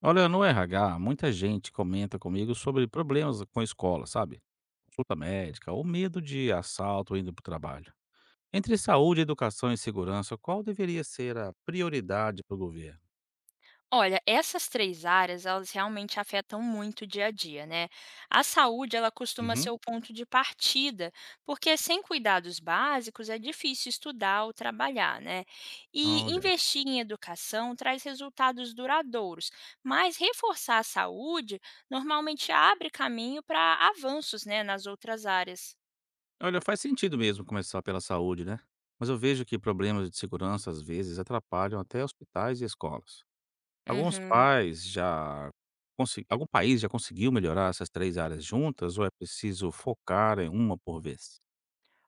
Olha, no RH, muita gente comenta comigo sobre problemas com a escola, sabe? Consulta médica ou medo de assalto indo para o trabalho. Entre saúde, educação e segurança, qual deveria ser a prioridade para o governo? Olha, essas 3 áreas, elas realmente afetam muito o dia a dia, né. A saúde, ela costuma ser Uhum. o ponto de partida, porque sem cuidados básicos é difícil estudar ou trabalhar, né. E Olha. investir em educação traz resultados duradouros, mas reforçar a saúde normalmente abre caminho para avanços, né, nas outras áreas. Olha, faz sentido mesmo começar pela saúde, né? Mas eu vejo que problemas de segurança às vezes atrapalham até hospitais e escolas. Alguns Uhum. pais já algum país já conseguiu melhorar essas três áreas juntas ou é preciso focar em uma por vez?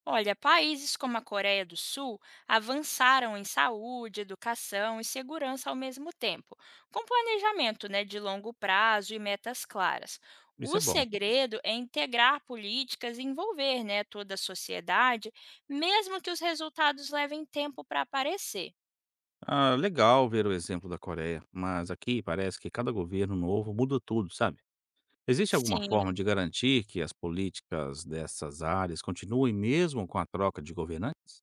Olha, países como a Coreia do Sul avançaram em saúde, educação e segurança ao mesmo tempo, com planejamento, né, de longo prazo e metas claras. Isso O é bom. segredo é integrar políticas e envolver, né, toda a sociedade, mesmo que os resultados levem tempo para aparecer. Ah, legal ver o exemplo da Coreia, mas aqui parece que cada governo novo muda tudo, sabe? Existe alguma Sim. forma de garantir que as políticas dessas áreas continuem mesmo com a troca de governantes?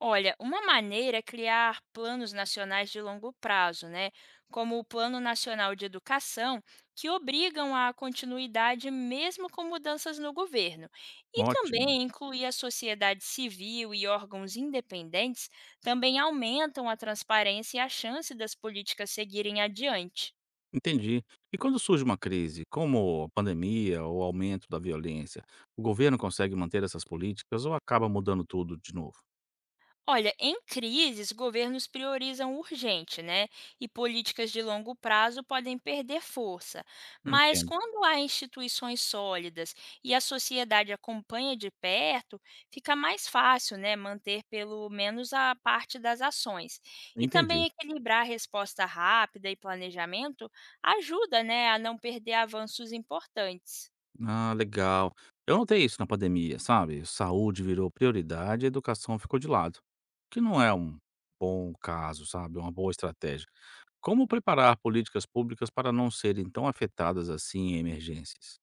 Olha, uma maneira é criar planos nacionais de longo prazo, né? Como o Plano Nacional de Educação, que obrigam à continuidade mesmo com mudanças no governo. E Ótimo. também incluir a sociedade civil e órgãos independentes também aumentam a transparência e a chance das políticas seguirem adiante. Entendi. E quando surge uma crise, como a pandemia ou aumento da violência, o governo consegue manter essas políticas ou acaba mudando tudo de novo? Olha, em crises, governos priorizam o urgente, né? E políticas de longo prazo podem perder força. Mas Entendo. quando há instituições sólidas e a sociedade acompanha de perto, fica mais fácil, né, manter pelo menos a parte das ações. E também Entendi. equilibrar a resposta rápida e planejamento ajuda, né, a não perder avanços importantes. Ah, legal. Eu notei isso na pandemia, sabe? Saúde virou prioridade e educação ficou de lado. Que não é um bom caso, sabe? É uma boa estratégia. Como preparar políticas públicas para não serem tão afetadas assim em emergências?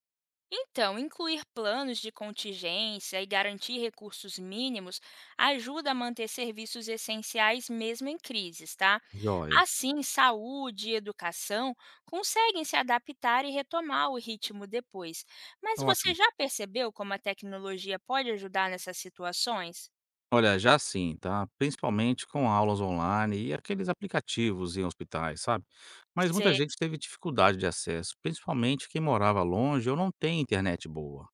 Então, incluir planos de contingência e garantir recursos mínimos ajuda a manter serviços essenciais mesmo em crises, tá? Joia. Assim, saúde e educação conseguem se adaptar e retomar o ritmo depois. Mas você Ótimo. já percebeu como a tecnologia pode ajudar nessas situações? Olha, já sim, tá? Principalmente com aulas online e aqueles aplicativos em hospitais, sabe? Mas muita Você gente teve dificuldade de acesso, principalmente quem morava longe ou não tem internet boa.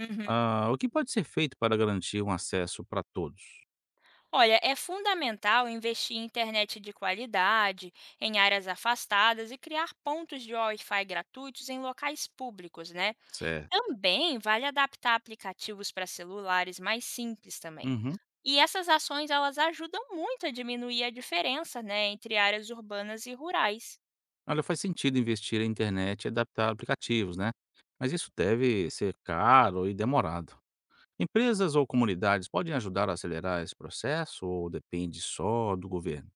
Uhum. Ah, o que pode ser feito para garantir um acesso para todos? Olha, é fundamental investir em internet de qualidade, em áreas afastadas e criar pontos de Wi-Fi gratuitos em locais públicos, né? Certo. Também vale adaptar aplicativos para celulares mais simples também. Uhum. E essas ações, elas ajudam muito a diminuir a diferença, né, entre áreas urbanas e rurais. Olha, faz sentido investir em internet e adaptar aplicativos, né? Mas isso deve ser caro e demorado. Empresas ou comunidades podem ajudar a acelerar esse processo ou depende só do governo?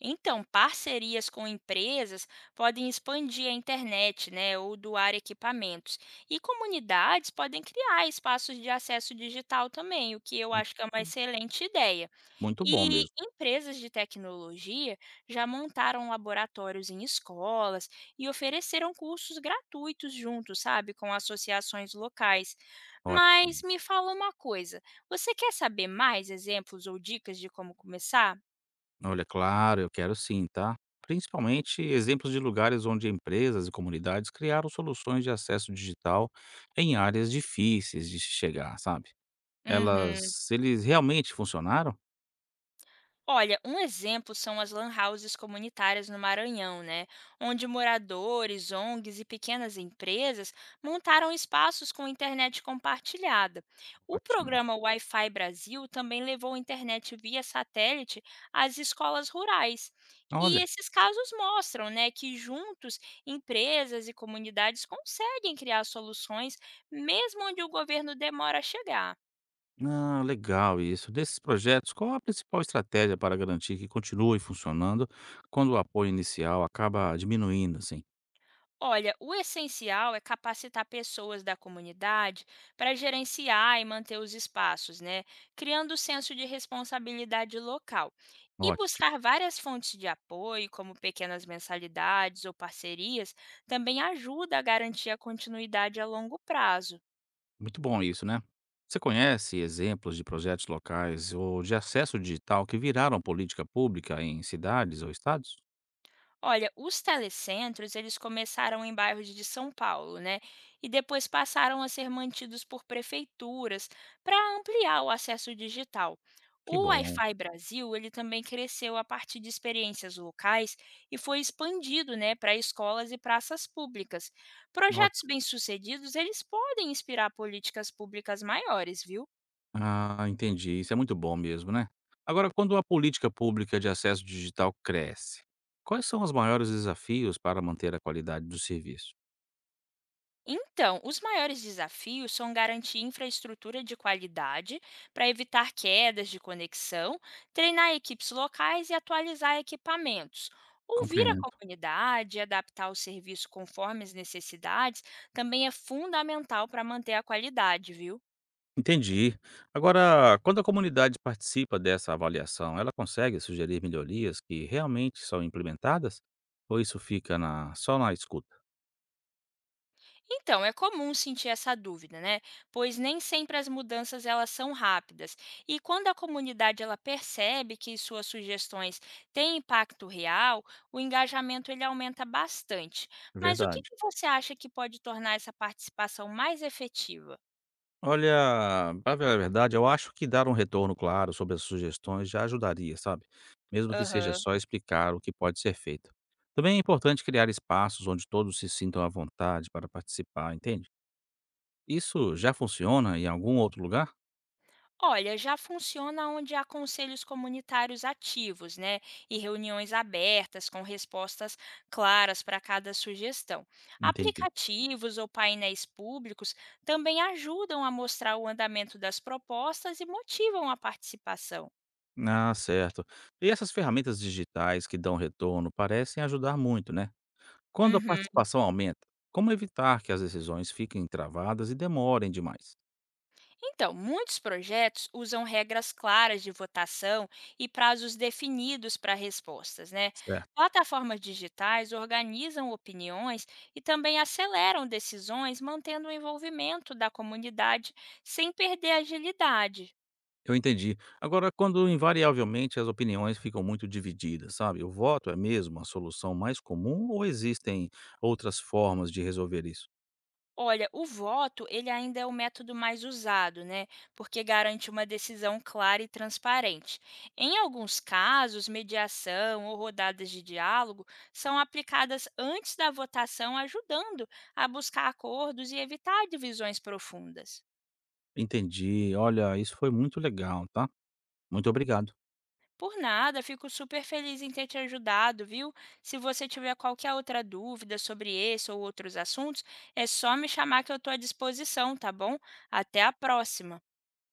Então, parcerias com empresas podem expandir a internet, né, ou doar equipamentos. E comunidades podem criar espaços de acesso digital também, o que eu Mui- acho que é uma excelente ideia. Muito bom E mesmo. empresas de tecnologia já montaram laboratórios em escolas e ofereceram cursos gratuitos juntos, sabe, com associações locais. Mas Ótimo. me fala uma coisa, você quer saber mais exemplos ou dicas de como começar? Olha, claro, eu quero sim, tá? Principalmente exemplos de lugares onde empresas e comunidades criaram soluções de acesso digital em áreas difíceis de se chegar, sabe? Uhum. Elas Eles realmente funcionaram? Olha, um exemplo são as lan houses comunitárias no Maranhão, né? Onde moradores, ONGs e pequenas empresas montaram espaços com internet compartilhada. O Ótimo. programa Wi-Fi Brasil também levou internet via satélite às escolas rurais. E Olha, esses casos mostram, né, que juntos empresas e comunidades conseguem criar soluções, mesmo onde o governo demora a chegar. ah, legal isso. Desses projetos, qual a principal estratégia para garantir que continue funcionando quando o apoio inicial acaba diminuindo, assim? Olha, o essencial é capacitar pessoas da comunidade para gerenciar e manter os espaços, né? Criando o senso de responsabilidade local. E Ótimo. buscar várias fontes de apoio, como pequenas mensalidades ou parcerias, também ajuda a garantir a continuidade a longo prazo. Muito bom isso, né? Você conhece exemplos de projetos locais ou de acesso digital que viraram política pública em cidades ou estados? Olha, os telecentros, eles começaram em bairros de São Paulo, né? E depois passaram a ser mantidos por prefeituras para ampliar o acesso digital. Que O bom. Wi-Fi Brasil, ele também cresceu a partir de experiências locais e foi expandido, né, para escolas e praças públicas. Projetos bem-sucedidos, eles podem inspirar políticas públicas maiores, viu? Ah, entendi. Isso é muito bom mesmo, né? Agora, quando a política pública de acesso digital cresce, quais são os maiores desafios para manter a qualidade do serviço? Então, os maiores desafios são garantir infraestrutura de qualidade para evitar quedas de conexão, treinar equipes locais e atualizar equipamentos. Ouvir a Compreendo. comunidade e adaptar o serviço conforme as necessidades também é fundamental para manter a qualidade, viu? Entendi. Agora, quando a comunidade participa dessa avaliação, ela consegue sugerir melhorias que realmente são implementadas? Ou isso fica só na escuta? Então, é comum sentir essa dúvida, né? Pois nem sempre as mudanças, elas são rápidas. E quando a comunidade, ela percebe que suas sugestões têm impacto real, o engajamento, ele aumenta bastante. Mas o que Verdade. que você acha que pode tornar essa participação mais efetiva? Olha, pra falar a verdade, eu acho que dar um retorno claro sobre as sugestões já ajudaria, sabe? Mesmo que seja Aham. só explicar o que pode ser feito. Também é importante criar espaços onde todos se sintam à vontade para participar, entende? Isso já funciona em algum outro lugar? Olha, já funciona onde há conselhos comunitários ativos, né? E reuniões abertas com respostas claras para cada sugestão. Entendi. Aplicativos ou painéis públicos também ajudam a mostrar o andamento das propostas e motivam a participação. Ah, certo. E essas ferramentas digitais que dão retorno parecem ajudar muito, né? Quando a Uhum. participação aumenta, como evitar que as decisões fiquem travadas e demorem demais? Então, muitos projetos usam regras claras de votação e prazos definidos para respostas, né? Certo. Plataformas digitais organizam opiniões e também aceleram decisões, mantendo o envolvimento da comunidade sem perder a agilidade. Eu entendi. Agora, quando invariavelmente as opiniões ficam muito divididas, sabe? O voto é mesmo a solução mais comum ou existem outras formas de resolver isso? Olha, o voto, ele ainda é o método mais usado, né? Porque garante uma decisão clara e transparente. Em alguns casos, mediação ou rodadas de diálogo são aplicadas antes da votação, ajudando a buscar acordos e evitar divisões profundas. Entendi. Olha, isso foi muito legal, tá? Muito obrigado. Por nada, fico super feliz em ter te ajudado, viu? Se você tiver qualquer outra dúvida sobre esse ou outros assuntos, é só me chamar que eu estou à disposição, tá bom? Até a próxima!